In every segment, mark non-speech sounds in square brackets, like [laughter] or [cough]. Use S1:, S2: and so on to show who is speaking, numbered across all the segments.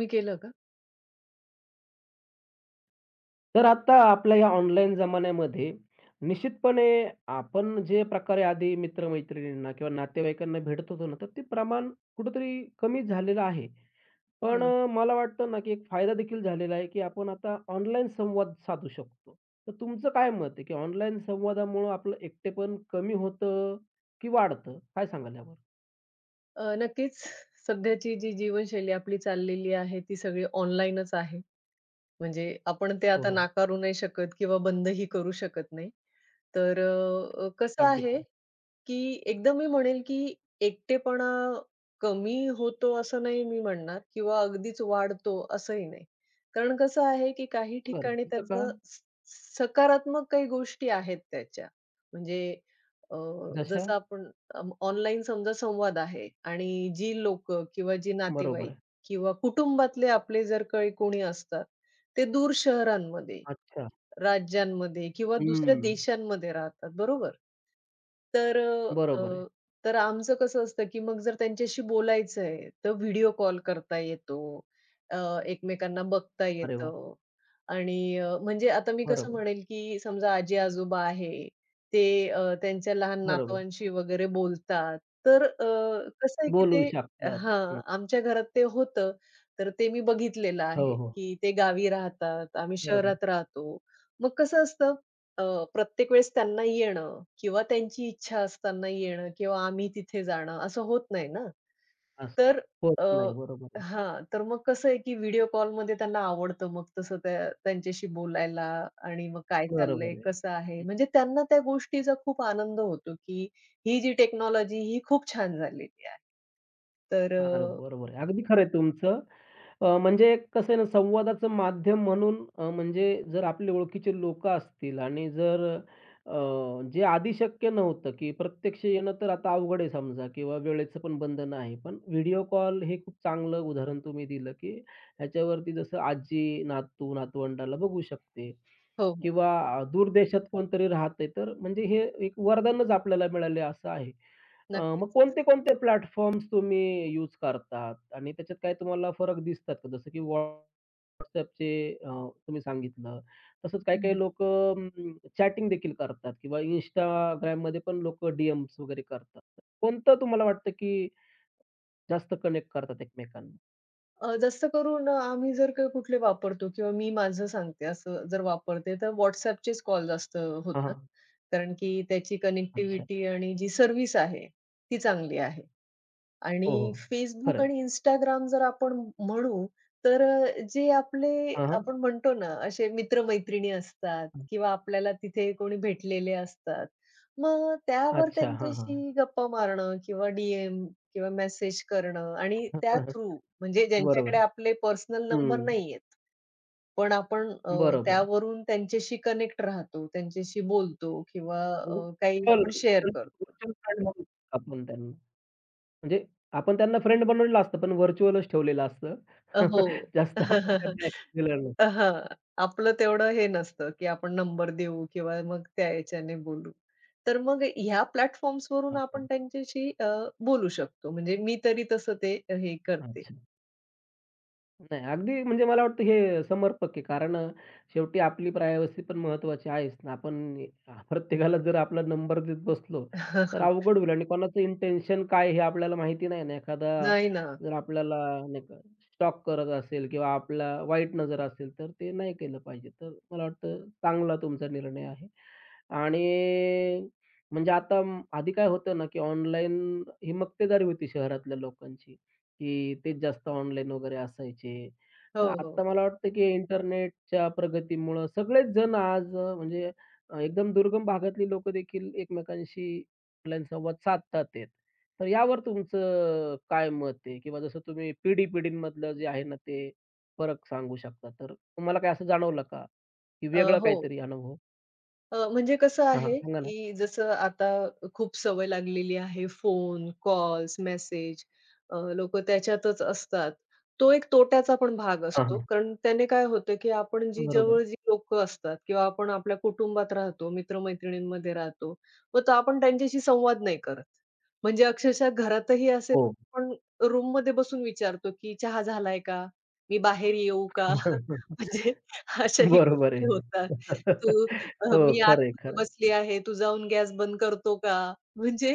S1: तुम्ही केलं का?
S2: तर आता आपल्या या ऑनलाईन जमान्यामध्ये निश्चितपणे आपण जे प्रकारे आधी मित्र-मैत्रिणींना किंवा नातेवाईकांना भेटत होतो ना, तर ते प्रमाण कुठेतरी कमी झालेलं आहे.
S1: हो,
S2: पण
S1: हो.
S2: मला वाटतं ना, की एक फायदा देखील झालेला आहे, की आपण आता ऑनलाईन संवाद साधू शकतो. तर तुमचं काय मत आहे, की ऑनलाईन संवादामुळं आपलं एकटेपण कमी होतं की वाढतं? काय सांगाल यावर?
S1: नक्कीच. सध्याची जी जीवनशैली आपली चाललेली आहे, ती सगळी ऑनलाईनच आहे. म्हणजे आपण ते
S2: हो,
S1: आता
S2: हो.
S1: नाकारू नाही शकत किंवा बंदही करू शकत नाही. तर कसं
S2: अगदी
S1: आहे
S2: खरं.
S1: की एकदम मी म्हणेल की एकटेपणा कमी होतो असं नाही मी म्हणणार किंवा अगदीच वाढतो असंही नाही. कारण कसं आहे की काही
S2: बरं.
S1: ठिकाणी
S2: तसं का?
S1: त्याचं सकारात्मक काही गोष्टी आहेत त्याच्या. म्हणजे अ,
S2: जशा?
S1: जसं आपण अ, ऑनलाईन समजा संवाद आहे आणि जी लोकं किंवा जी
S2: बरोबर
S1: नातेवाईक
S2: आहे.
S1: किंवा कुटुंबातले आपले जर काही कोणी असतात, ते दूर शहरांमध्ये
S2: अच्छा.
S1: राज्यांमध्ये किंवा दुसऱ्या
S2: हं.
S1: देशांमध्ये राहतात, बरोबर? तर अ,
S2: बरोबर आहे.
S1: अ, तर आमचं कसं असतं, की मग जर त्यांच्याशी बोलायचं आहे, तर व्हिडिओ कॉल करता येतो. अ, एकमेकांना बघता
S2: अरे वाह!
S1: येतं आणि म्हणजे आता मी कसं
S2: बरोबर.
S1: म्हणेल, की समजा आजी-आजोबा आहे, ते त्यांच्या लहान
S2: बरोबर.
S1: नातवांशी वगैरे बोलतात. तर कसं आहे, की
S2: बोलू
S1: ते
S2: शकतात. हं.
S1: हां, आमच्या घरात ते होतं. तर ते मी बघितलेलं
S2: हो,
S1: आहे,
S2: हो.
S1: की ते गावी राहतात, आम्ही
S2: बरोबर.
S1: शहरात राहतो. मग कसं असतं अ, प्रत्येक वेळेस त्यांना येणं किंवा त्यांची इच्छा असताना येणं किंवा आम्ही तिथे जाणं असं होत नाही ना.
S2: असं
S1: तर
S2: होत
S1: अ,
S2: नाही. बरोबर आहे.
S1: हां, तर मग कसं आहे की व्हिडिओ कॉलमध्ये त्यांना आवडतं मग तसं त्या त्यांच्याशी बोलायला आणि मग काय चाललंय,
S2: बरोबर आहे. हं.
S1: कसं आहे. म्हणजे त्यांना त्या गोष्टीचा खूप आनंद होतो की ही जी टेक्नॉलॉजी ही खूप छान झालेली आहे. तर
S2: हां,
S1: अ,
S2: बरोबर आहे. अगदी खरं आहे तुमचं. म्हणजे कसं आहे ना, संवादाचं माध्यम म्हणून म्हणजे जर आपले ओळखीचे लोकं असतील आणि जर जे आधी शक्य नव्हतं, की प्रत्यक्ष येणं तर आता अवघड आहे समजा किंवा वेळेचं पण बंधन आहे. पण व्हिडिओ कॉल हे खूप चांगलं उदाहरण तुम्ही दिलं, की ह्याच्यावरती जसं आजी नातू, नातवंडाला बघू शकते
S1: हो, हो.
S2: किंवा दूर देशात कोणतरी राहतंय, तर म्हणजे हे एक वरदानच आपल्याला मिळाले असं आहे. मग
S1: नक्कीच.
S2: कोणते-कोणते प्लॅटफॉर्म्स तुम्ही यूज करतात आणि त्याच्यात काही तुम्हाला फरक दिसतात का? जसं की WhatsAppचे अ, तुम्ही सांगितलं. तसंच काही-काही लोकं चॅटिंग देखील करतात किंवा Instagramमध्ये पण लोकं डी-एम्स वगैरे करतात. कोणतं तुम्हाला वाटतं की जास्त कनेक्ट करतात एकमेकांना?
S1: जास्त करून आम्ही जर काही कुठले वापरतो किंवा मी माझं सांगते असं जर वापरते, तर WhatsAppचेच कॉल जास्त
S2: हां,
S1: होतात.
S2: हां.
S1: कारण की त्याची
S2: अच्छा.
S1: कनेक्टिव्हिटी आणि जी सर्व्हिस आहे, ती चांगली आहे.
S2: हो, हो.
S1: आणि
S2: खरं
S1: Facebook
S2: आहे.
S1: आणि इंस्टाग्राम जर आपण म्हणू, तर जे आपले
S2: हां, हां.
S1: आपण म्हणतो ना, असे मित्र-मैत्रिणी असतात
S2: हं.
S1: किंवा आपल्याला तिथे कोणी भेटलेले असतात. मग त्यावर
S2: अच्छा. हां, हां.
S1: त्यांच्याशी गप्पा मारणं किंवा डी-एम किंवा मेसेज करणं आणि त्या
S2: [laughs]
S1: थ्रू म्हणजे ज्यांच्याकडे
S2: बरोबर.
S1: आपले पर्सनल नंबर
S2: हं.
S1: नाहीयेत, पण आपण
S2: बरोबर.
S1: त्यावरून त्यांच्याशी कनेक्ट राहतो, त्यांच्याशी बोलतो किंवा काही आपण शेअर करतो.
S2: व्हर्चुअल आपण त्यांना. म्हणजे आपण त्यांना फ्रेंड बनवलेलं असतं, पण व्हर्चुअलच ठेवलेलं असतं.
S1: हो.
S2: [laughs] जास्त आपण त्यांना
S1: [laughs]
S2: [laughs] ॲक्सेस दिलेला नाही.
S1: हां. आपलं तेवढं हे नसतं, की आपण नंबर देऊ किंवा मग त्या याच्याने बोलू. तर मग ह्या प्लॅटफॉर्म्स वरून
S2: हां,
S1: आपण
S2: हां.
S1: त्यांच्याशी बोलू शकतो. म्हणजे मी तरी तसं ते हे करते.
S2: अच्छा. नाही, अगदी म्हणजे मला वाटतं हे समर्पक आहे. कारण शेवटी आपली प्रायव्हसी पण महत्त्वाची आहेच ना. आपण प्रत्येकाला जर आपला नंबर देत बसलो, तर
S1: [laughs]
S2: अवघड होईल आणि कोणाचं इंटेन्शन काय आहे हे आपल्याला माहिती नाही ना. एखादा
S1: नाही ना.
S2: जर आपल्याला नाही का स्टॉक करत असेल किंवा आपला वाईट नजर असेल, तर ते नाही केलं पाहिजे. तर मला वाटतं चांगला तुमचा निर्णय आहे. आणि म्हणजे आता आधी काय होतं ना, की ऑनलाईन ही मक्तेदारी होती शहरातल्या लोकांची. की तेच जास्त ऑनलाईन वगैरे असायचे.
S1: हो,
S2: तर
S1: हो.
S2: आता मला वाटतं की इंटरनेटच्या प्रगतीमुळं सगळेच जण आज म्हणजे एकदम दुर्गम भागातली लोक देखील एकमेकांशी ऑनलाईन संवाद साधतात आहेत. तर यावर तुमचं काय मत आहे? किंवा जसं तुम्ही पिढी-पिढींमधलं जे आहे ना, ते फरक सांगू शकता. तर तुम्हाला काय असं जाणवलं का? की वेगळं
S1: हो.
S2: काहीतरी अनुभव?
S1: म्हणजे कसं
S2: हां, हां.
S1: आहे,
S2: सांगा ना.
S1: की जसं आता खूप सवय लागलेली आहे फोन, कॉल्स, मेसेज लोकं त्याच्यातच असतात. तो एक तोट्याचा पण भाग
S2: हां,
S1: असतो.
S2: हां.
S1: कारण त्याने काय होतं, की आपण जी
S2: बरोबर.
S1: जवळ जी लोकं असतात किंवा आपण आपल्या कुटुंबात राहतो, मित्र-मैत्रिणींमध्ये राहतो, मग तर आपण त्यांच्याशी संवाद नाही करत. म्हणजे अक्षरशः घरातही असे
S2: हो.
S1: आपण रूममध्ये बसून विचारतो, की चहा झालाय का? मी बाहेर येऊ का? [laughs]
S2: [laughs]
S1: म्हणजे अशाही
S2: बरोबर
S1: गोष्टी
S2: आहे.
S1: होतात.
S2: [laughs] हो.
S1: मी
S2: खरं
S1: आतमध्ये
S2: आहे,
S1: बसली आहे, तू जाऊन गॅस बंद करतो का? म्हणजे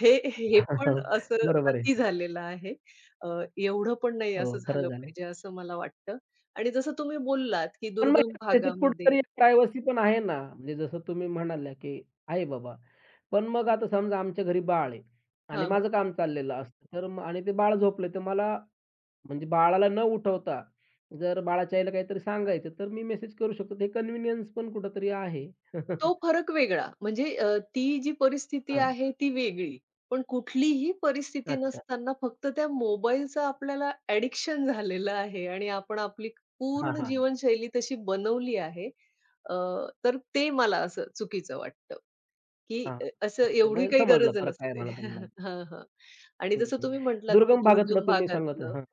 S1: हे हे पण
S2: [laughs]
S1: असं
S2: बरोबर आहे.
S1: अति झालेलं आहे. अ, एवढं पण नाही
S2: हो,
S1: असं
S2: खरं
S1: झालं
S2: झालंय.
S1: पाहिजे असं मला वाटतं आणि जसं तुम्ही बोललात, की
S2: पण मग
S1: दुर्गम
S2: त्याच्यात
S1: भागामध्ये
S2: कुठेतरी प्रायव्हसी पण आहे ना, म्हणजे जसं तुम्ही म्हणाल्या, की आहे बाबा. पण मग आता समजा आमच्या घरी बाळ आहे आणि
S1: हां, हां.
S2: माझं काम चाललेलं असतं, तर मग आणि ते बाळ झोपलंय, तर मला म्हणजे बाळाला न उठवता जर बाळाच्या आईला काहीतरी सांगायचं, तर मी मेसेज करू शकतो. हे कन्व्हिनियन्स पण कुठेतरी आहे.
S1: तो
S2: [laughs]
S1: फरक वेगळा. म्हणजे ती जी परिस्थिती
S2: हां.
S1: आहे ती वेगळी. पण कुठलीही परिस्थिती
S2: अच्छा.
S1: नसताना फक्त त्या मोबाईलचं आपल्याला ॲडिक्शन झालेलं आहे आणि आपण आपली
S2: हां,
S1: पूर्ण
S2: हां.
S1: जीवनशैली तशी बनवली आहे. अ, तर ते मला असं चुकीचं वाटतं. की
S2: हां.
S1: असं
S2: अच्छा, अच्छा.
S1: एवढी
S2: म्हणजे
S1: काही
S2: समजला
S1: गरज
S2: फरक काय
S1: नसते.
S2: मला तुम्हाला.
S1: [laughs] हां, हां. आणि जसं तुम्ही म्हटलात, की
S2: दुर्गम भागातलं
S1: दुर्गम
S2: तुम्ही सांगत आहे.
S1: भागातलं,
S2: हां,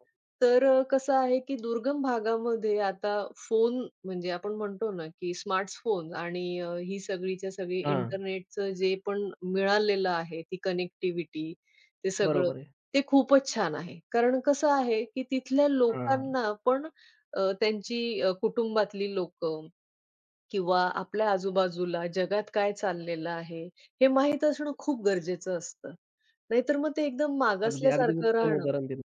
S1: तर कसं आहे, की दुर्गम भागामध्ये आता फोन म्हणजे आपण म्हणतो ना, की स्मार्टफोन आणि ही सगळीच्या सगळी
S2: हां.
S1: इंटरनेटचं जे पण मिळालेलं आहे, ती कनेक्टिव्हिटी ते सगळं,
S2: बरोबर आहे.
S1: ते खूपच छान आहे. कारण कसं आहे, की तिथल्या
S2: हां.
S1: लोकांना पण त्यांची कुटुंबातली लोकं किंवा आपल्या आजूबाजूला जगात काय चाललेलं आहे, हे माहीत असणं खूप गरजेचं असतं. नाहीतर मग ते एकदम
S2: अगदी, अगदी
S1: मागासल्यासारखं
S2: उत्तम
S1: राहणं
S2: उदाहरण दिलं.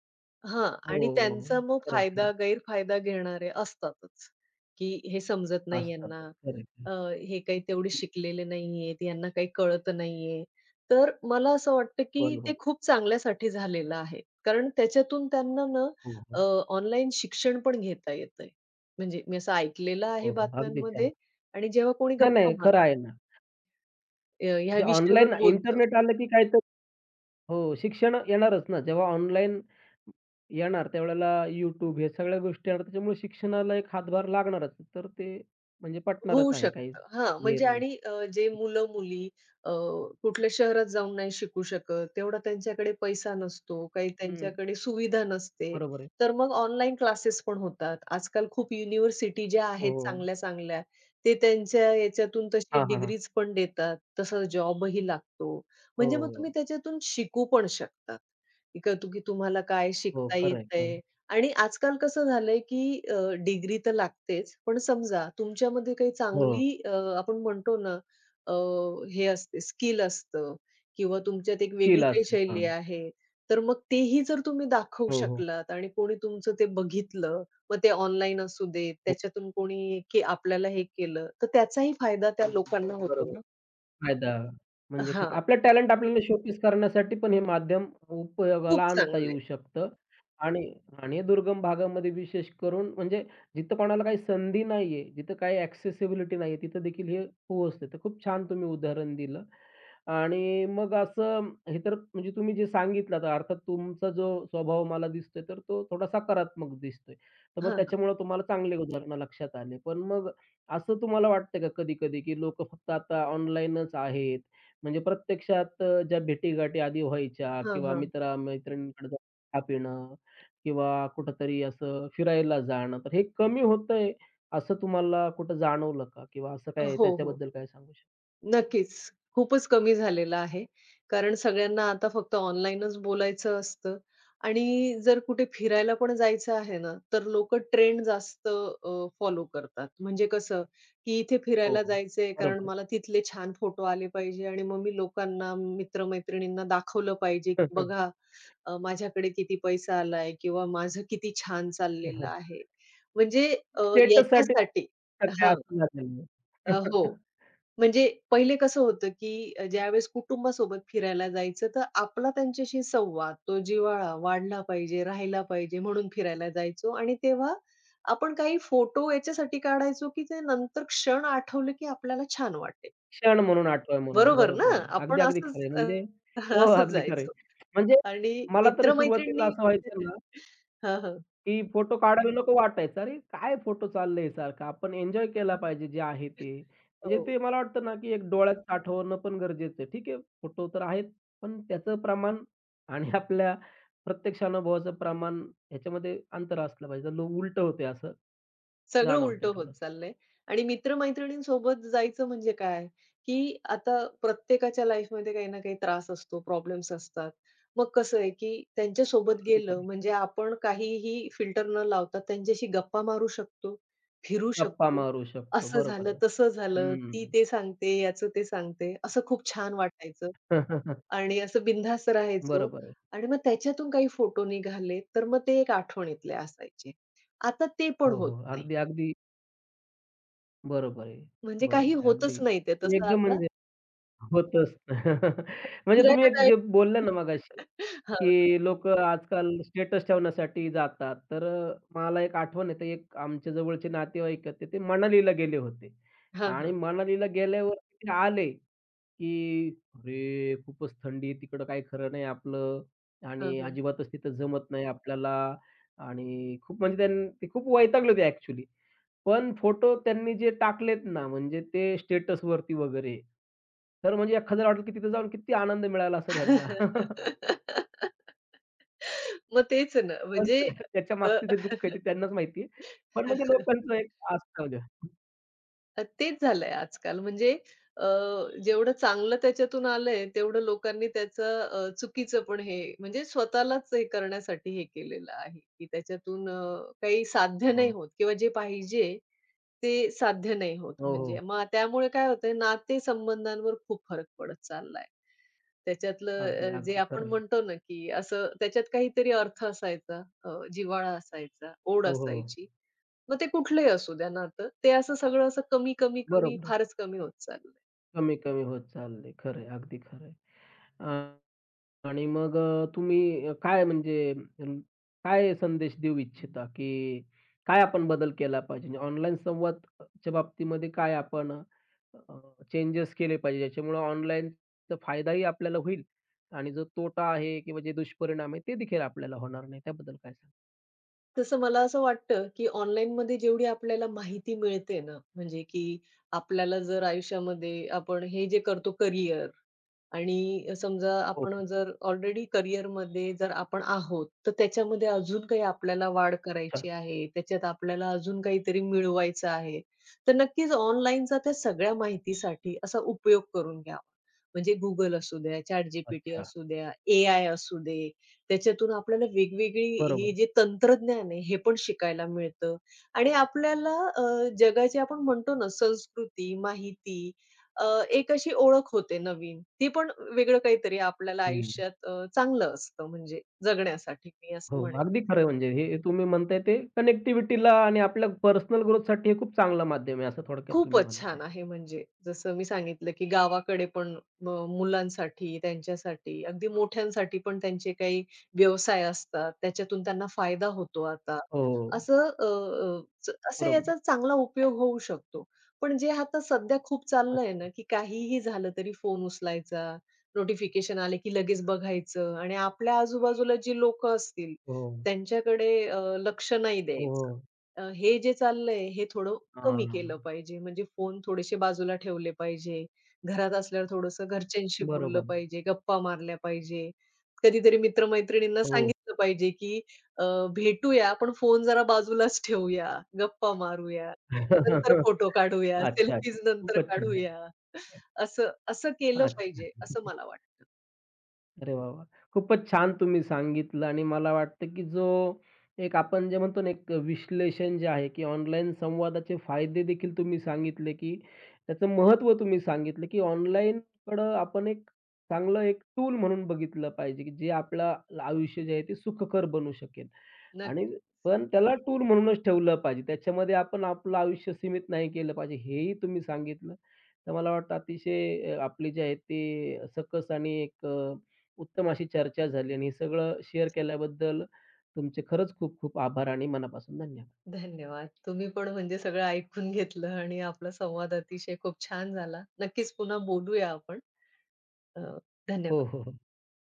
S1: हां.
S2: हो,
S1: आणि
S2: हो, हो.
S1: त्यांचा मग
S2: खरंय, खरंय.
S1: फायदा गैरफायदा घेणारे असतातच, की हे समजत नाही
S2: असतातच.
S1: यांना,
S2: खरंय, खरंय.
S1: अ, हे काही तेवढे शिकलेले नाहीयेत, यांना काही कळत नाहीये. तर मला असं वाटतं, की ते
S2: बरोबर.
S1: खूप चांगल्यासाठी झालेलं आहे. कारण त्याच्यातून त्यांना ना
S2: हो, हो.
S1: अ, ऑनलाईन शिक्षण पण घेता येतंय. म्हणजे मी असं ऐकलेलं
S2: हो,
S1: आहे
S2: हो. अगदी छान.
S1: बातम्यांमध्ये आणि जेव्हा कोणी
S2: नाही,
S1: गप्पा
S2: नाही.
S1: मारतं,
S2: खरं आहे ना.
S1: ह्या
S2: म्हणजे
S1: विषयावर
S2: ऑनलाईन
S1: बोलतं.
S2: इंटरनेट आलं की काहीतरी हो, शिक्षण येणारच ना. जेव्हा ऑनलाईन येणार त्यावेळेला YouTube हे सगळ्या गोष्टी येणार. त्याच्यामुळे शिक्षणाला एक हातभार लागणारच. तर ते म्हणजे
S1: होऊ
S2: पटणारच आहे काही
S1: शकतं. हां,
S2: गैर
S1: म्हणजे
S2: नाही.
S1: आणि जे मुलं-मुली अ, कुठल्या शहरात जाऊन नाही शिकू शकत, तेवढा त्यांच्याकडे पैसा नसतो, काही
S2: हं.
S1: त्यांच्याकडे सुविधा नसते.
S2: बरोबर आहे.
S1: तर मग ऑनलाईन क्लासेस पण होतात. आजकाल खूप युनिव्हर्सिटी ज्या
S2: हो,
S1: आहेत
S2: हो.
S1: चांगल्या-चांगल्या, ते त्यांच्या याच्यातून तसे
S2: हां, हां, हां.
S1: डिग्रीज पण देतात. तसा जॉबही लागतो.
S2: हो,
S1: म्हणजे मग
S2: हो.
S1: तुम्ही त्याच्यातून शिकू पण शकता. की की तुम्हाला काय
S2: हो,
S1: शिकता
S2: खरं
S1: येतंय आणि आजकाल कसं झालंय, की डिग्री तर लागतेच. पण समजा तुमच्यामध्ये काही
S2: हो.
S1: चांगली आपण म्हणतो ना, अ, हे असते स्किल असतं किंवा तुमच्यात एक
S2: स्किल
S1: वेगळी काही
S2: असेल. हां.
S1: शैली आहे. तर मग तेही जर तुम्ही दाखवू
S2: हो, हो.
S1: शकलात आणि कोणी तुमचं ते बघितलं, मग ते ऑनलाईन असू दे,
S2: हो.
S1: त्याच्यातून कोणी की आपल्याला हे केलं, तर त्याचाही फायदा त्या लोकांना होतो
S2: बरोबर.
S1: ना.
S2: फायदा. म्हणजे ठीक
S1: हां,
S2: आपलं टॅलेंट आपल्याला शोकेस करण्यासाठी पण हे माध्यम उपयोगाला
S1: खूप
S2: आणता
S1: चांगलं आहे.
S2: येऊ शकतं. आणि आणि हे दुर्गम भागामध्ये विशेष करून म्हणजे जिथं कोणाला काही संधी नाहीये, जिथं काही ॲक्सेसिबिलिटी नाहीये, तिथं देखील हे पोहोचते. तर खूप छान तुम्ही उदाहरण दिलं आणि मग असं हे तर म्हणजे तुम्ही जे सांगितलं तर अर्थात तुमचा जो स्वभाव मला दिसतोय, तर तो थोडा सकारात्मक दिसतोय. तर मग
S1: हां, हां.
S2: त्याच्यामुळे तुम्हाला चांगले उदाहरणं लक्षात आले. पण मग असं तुम्हाला वाटतं का कधी-कधी, की लोक फक्त आता ऑनलाईनच आहेत? म्हणजे प्रत्यक्षात ज्या भेटीगाठी आधी व्हायच्या किंवा
S1: हां,
S2: मित्र-मैत्रिणींकडे जाऊन चहा पिणं किंवा कुठेतरी असं फिरायला जाणं, तर हे कमी होतंय असं तुम्हाला कुठं जाणवलं का? किंवा असं काय
S1: हो, हो.
S2: त्याच्याबद्दल काय सांगू शकता?
S1: नक्कीच. खूपच कमी झालेलं आहे. कारण सगळ्यांना आता फक्त ऑनलाईनच बोलायचं असतं आणि जर कुठे फिरायला पण जायचं आहे ना, तर लोकं ट्रेंड जास्त फॉलो करतात. म्हणजे कसं, की इथे
S2: हो,
S1: फिरायला
S2: हो.
S1: जायचंय
S2: बरोबर
S1: कारण
S2: आहे.
S1: मला तिथले छान फोटो आले पाहिजे आणि मग मी लोकांना, मित्र दाखवलं पाहिजे, की
S2: [laughs]
S1: बघा माझ्याकडे किती पैसा आलाय किंवा माझं किती छान चाललेलं
S2: हो.
S1: आहे. म्हणजे अ,
S2: स्टेटससाठी
S1: याच्यासाठी
S2: काय
S1: हां.
S2: असं झालेलं
S1: हो.
S2: आहे. [laughs]
S1: म्हणजे पहिले कसं होतं, की ज्यावेळेस कुटुंबासोबत फिरायला जायचं, तर आपला त्यांच्याशी संवाद, तो जिव्हाळा वाढला पाहिजे, राहिला पाहिजे म्हणून फिरायला जायचो आणि तेव्हा आपण काही फोटो याच्यासाठी काढायचो, की ते नंतर क्षण आठवले, की आपल्याला छान वाटेल.
S2: क्षण म्हणून, आठवण म्हणून.
S1: बरोबर ना?
S2: बरोबर आहे. अगदी,
S1: आपण
S2: अगदी
S1: असंच
S2: खरं आहे.
S1: अ,
S2: म्हणजे
S1: [laughs]
S2: हो,
S1: असंच
S2: अगदी खरं आहे.
S1: जायचो
S2: म्हणजे
S1: आणि
S2: मला तरी सुरुवातीला
S1: मित्र-मैत्रिणी
S2: असं व्हायचं
S1: [laughs]
S2: ना,
S1: हं,
S2: की फोटो काढायला नको वाटायचं. अरे, काय फोटो चाललंय सारखा? आपण एन्जॉय केला पाहिजे जे आहे ते. म्हणजे
S1: हो.
S2: ते मला वाटतं ना, की एक डोळ्यात साठवणं पण गरजेचं आहे. ठीक आहे, फोटो तर आहेत, पण त्याचं प्रमाण आणि आपल्या प्रत्यक्ष अनुभवाचं प्रमाण ह्याच्यामध्ये अंतर असलं पाहिजे. तर उलटं होतंय असं
S1: सगळं
S2: जाणवतंय
S1: उलटं होत
S2: थोडंसं.
S1: चाललंय आणि मित्र-मैत्रिणींसोबत जायचं म्हणजे काय, की आता प्रत्येकाच्या लाईफमध्ये काही ना काही त्रास असतो, प्रॉब्लेम्स असतात. मग कसं आहे, की त्यांच्यासोबत
S2: अगदी खरं
S1: गेलं
S2: आहे.
S1: म्हणजे आपण काहीही फिल्टर न लावता त्यांच्याशी गप्पा मारू शकतो, फिरू
S2: गप्पा
S1: शकतो.
S2: मारू शकतो.
S1: असं
S2: बरोबर
S1: झालं,
S2: आहे.
S1: तसं झालं,
S2: हं.
S1: ती ते सांगते, याचं ते सांगते. असं खूप छान वाटायचं
S2: [laughs]
S1: आणि असं बिनधास्त राहायचो
S2: बरोबर आहे.
S1: आणि मग त्याच्यातून काही फोटो निघाले, तर मग ते एक आठवणीतले असायचे. आता ते पण
S2: हो,
S1: होत
S2: हो.
S1: नाही.
S2: अगदी, अगदी बरोबर आहे.
S1: म्हणजे काही
S2: बरोबर आहे.
S1: होतच
S2: अगदी
S1: नाही ते
S2: तुम्ही
S1: तसं
S2: एकदम
S1: आता
S2: म्हणजे होतच. [laughs] म्हणजे तुम्ही
S1: फिरायला
S2: एक
S1: जाय
S2: जे बोलले ना मगाशी,
S1: [laughs] हां,
S2: की लोकं आजकाल स्टेटस ठेवण्यासाठी जातात. तर मला एक आठवण येते, एक आमच्या जवळचे नातेवाईक आहेत, तर ते मनालीला गेले होते
S1: हां,
S2: आणि
S1: हां.
S2: मनालीला गेल्यावर ते आले की "अरे, खूपच थंडी आहे, तिकडं काही खरं नाही आपलं
S1: हां,
S2: आणि
S1: हां.
S2: अजिबातच तिथं जमत नाही आपल्याला" आणि खूप म्हणजे ते खूप वैतागले होते ॲक्चुअली. पण फोटो त्यांनी जे टाकलेत ना, म्हणजे ते स्टेटसवरती वगैरे, तर म्हणजे एखाद्याला वाटलं की तिथे जाऊन किती आनंद मिळाला असेल ह्यांना. [laughs]
S1: [laughs] मग तेच ना
S2: पण
S1: म्हणजे
S2: त्याच्या
S1: अ,
S2: मागचं जे दुःख आहे ते त्यांनाच माहिती पण म्हणजे
S1: [laughs]
S2: लोकांचं एक असतं म्हणजे
S1: तेच झालंय आजकाल म्हणजे अ, जेवढं चांगलं त्याच्यातून आलंय, तेवढं लोकांनी त्याचं चुकीचं पण हे म्हणजे स्वतःलाच हे करण्यासाठी हे केलेलं आहे, की त्याच्यातून काही साध्य नाही
S2: हो,
S1: होत किंवा जे पाहिजे ते साध्य नाही होत.
S2: हो, हो.
S1: म्हणजे मग त्यामुळे काय होतंय नातेसंबंधांवर खूप फरक पडत चाललाय. त्याच्यातलं
S2: अगदी,
S1: जे
S2: अगदी
S1: आपण
S2: खरं आहे.
S1: म्हणतो ना, की असं त्याच्यात काहीतरी अर्थ असायचा, जिव्हाळा असायचा, ओढ
S2: हो, हो, हो.
S1: असायची. मग ते कुठलंही असू द्या नातं, ते असं सगळं असं कमी, कमी, कमी
S2: बरोबर आहे.
S1: फारच कमी होत चाललंय.
S2: कमी-कमी होत चाललंय. खरं आहे. अगदी खरं आहे. अ, आणि मग तुम्ही काय म्हणजे अं, काय संदेश देऊ इच्छिता, की काय आपण बदल केला पाहिजे? म्हणजे ऑनलाईन संवाद च्या बाबतीमध्ये काय आपण अ, चेंजेस केले पाहिजे, ज्याच्यामुळे ऑनलाईनचा फायदाही आपल्याला होईल आणि जो तोटा आहे किंवा जे दुष्परिणाम आहे, ते देखील आपल्याला होणार नाही. त्याबद्दल काय सांगाल?
S1: तसं मला असं वाटतं, की ऑनलाईनमध्ये जेवढी आपल्याला माहिती मिळते ना, म्हणजे की आपल्याला जर आयुष्यामध्ये आपण हे जे करतो करियर आणि समजा
S2: हो, हो.
S1: आपण जर ऑलरेडी करिअरमध्ये जर आपण आहोत, तर त्याच्यामध्ये अजून काही आपल्याला वाढ
S2: अच्छा,
S1: करायची आहे, त्याच्यात आपल्याला अजून काहीतरी मिळवायचं आहे. तर नक्कीच ऑनलाईनचा त्या सगळ्या माहितीसाठी असा उपयोग करून घ्यावा. म्हणजे Google असू द्या, ChatGPT
S2: अच्छा.
S1: असू द्या, ए-आय असू दे, त्याच्यातून आपल्याला वेगवेगळी
S2: बरोबर
S1: हे
S2: आहे.
S1: जे तंत्रज्ञान आहे, हे पण शिकायला मिळतं आणि आपल्याला अ, जगाची आपण म्हणतो ना संस्कृती, माहिती अ, एक अशी ओळख होते नवीन. ती पण वेगळं काहीतरी आपल्याला
S2: हं.
S1: आयुष्यात चांगलं असतं म्हणजे जगण्यासाठी मी
S2: हो,
S1: असं म्हणेन.
S2: अगदी खरं आहे म्हणजे हे हे तुम्ही म्हणताय ते कनेक्टिव्हिटीला आणि आपल्या पर्सनल ग्रोथसाठी हे खूप चांगलं माध्यम आहे, असं थोडक्यात तुम्ही
S1: खूपच
S2: म्हणताय.
S1: छान आहे म्हणजे. जसं मी सांगितलं, की गावाकडे पण म मुलांसाठी, त्यांच्यासाठी, अगदी मोठ्यांसाठी पण त्यांचे काही व्यवसाय असतात. त्याच्यातून त्यांना फायदा होतो आता.
S2: हो.
S1: असं अ, अ, च असं
S2: बरोबर.
S1: याचा चांगला उपयोग होऊ शकतो. पण जे आता सध्या खूप चाललंय ना,
S2: अच्छा.
S1: की काहीही झालं तरी फोन उचलायचा, नोटिफिकेशन आले की लगेच बघायचं आणि आपल्या आजूबाजूला जी लोकं असतील
S2: हो.
S1: त्यांच्याकडे लक्ष नाही
S2: हो,
S1: द्यायचं.
S2: हो.
S1: हे जे चाललंय हे थोडं कमी
S2: हां.
S1: केलं पाहिजे. म्हणजे फोन थोडेसे बाजूला ठेवले पाहिजे. घरात असल्यावर थोडंसं घरच्यांशी बोललं
S2: बरोबर.
S1: पाहिजे, गप्पा मारल्या पाहिजे. कधीतरी मित्र
S2: हो.
S1: सांगितलं पाहिजे, की अ, भेटूया पण फोन जरा बाजूलाच ठेवूया, गप्पा मारूया,
S2: [laughs]
S1: नंतर
S2: अच्छा,
S1: फोटो काढूया,
S2: अच्छा.
S1: सेल्फीज नंतर
S2: खूपच छान.
S1: काढूया. असं असं केलं
S2: अच्छा.
S1: पाहिजे, असं मला
S2: [laughs]
S1: वाटतं.
S2: अरे वाह, वाह! खूपच छान तुम्ही सांगितलं आणि मला वाटतं की जो एक आपण जे म्हणतो ना, एक विश्लेषण जे आहे की ऑनलाईन संवादाचे फायदे देखील तुम्ही सांगितले, की त्याचं महत्त्व तुम्ही सांगितलं, की ऑनलाईनकडं आपण एक चांगलं एक टूल म्हणून बघितलं पाहिजे, की जे आपलं आयुष्य जे आहे ते सुखकर बनवू शकेल. आणि
S1: नक्कीच.
S2: पण त्याला टूर म्हणूनच ठेवलं पाहिजे. त्याच्यामध्ये आपण आपलं आयुष्य सीमित नाही केलं पाहिजे, हेही तुम्ही सांगितलं. तर मला वाटतं अतिशय आपली जी आहे ती सकस आणि एक उत्तम अशी चर्चा झाली आणि हे सगळं शेअर केल्याबद्दल तुमचे खरंच खूप खूप आभार आणि मनापासून धन्यवाद.
S1: धन्यवाद. तुम्ही पण म्हणजे सगळं ऐकून घेतलं आणि आपला संवाद अतिशय खूप छान झाला. नक्कीच पुन्हा बोलूया आपण. अ,
S2: हो,
S1: धन्यवाद.
S2: हो, हो.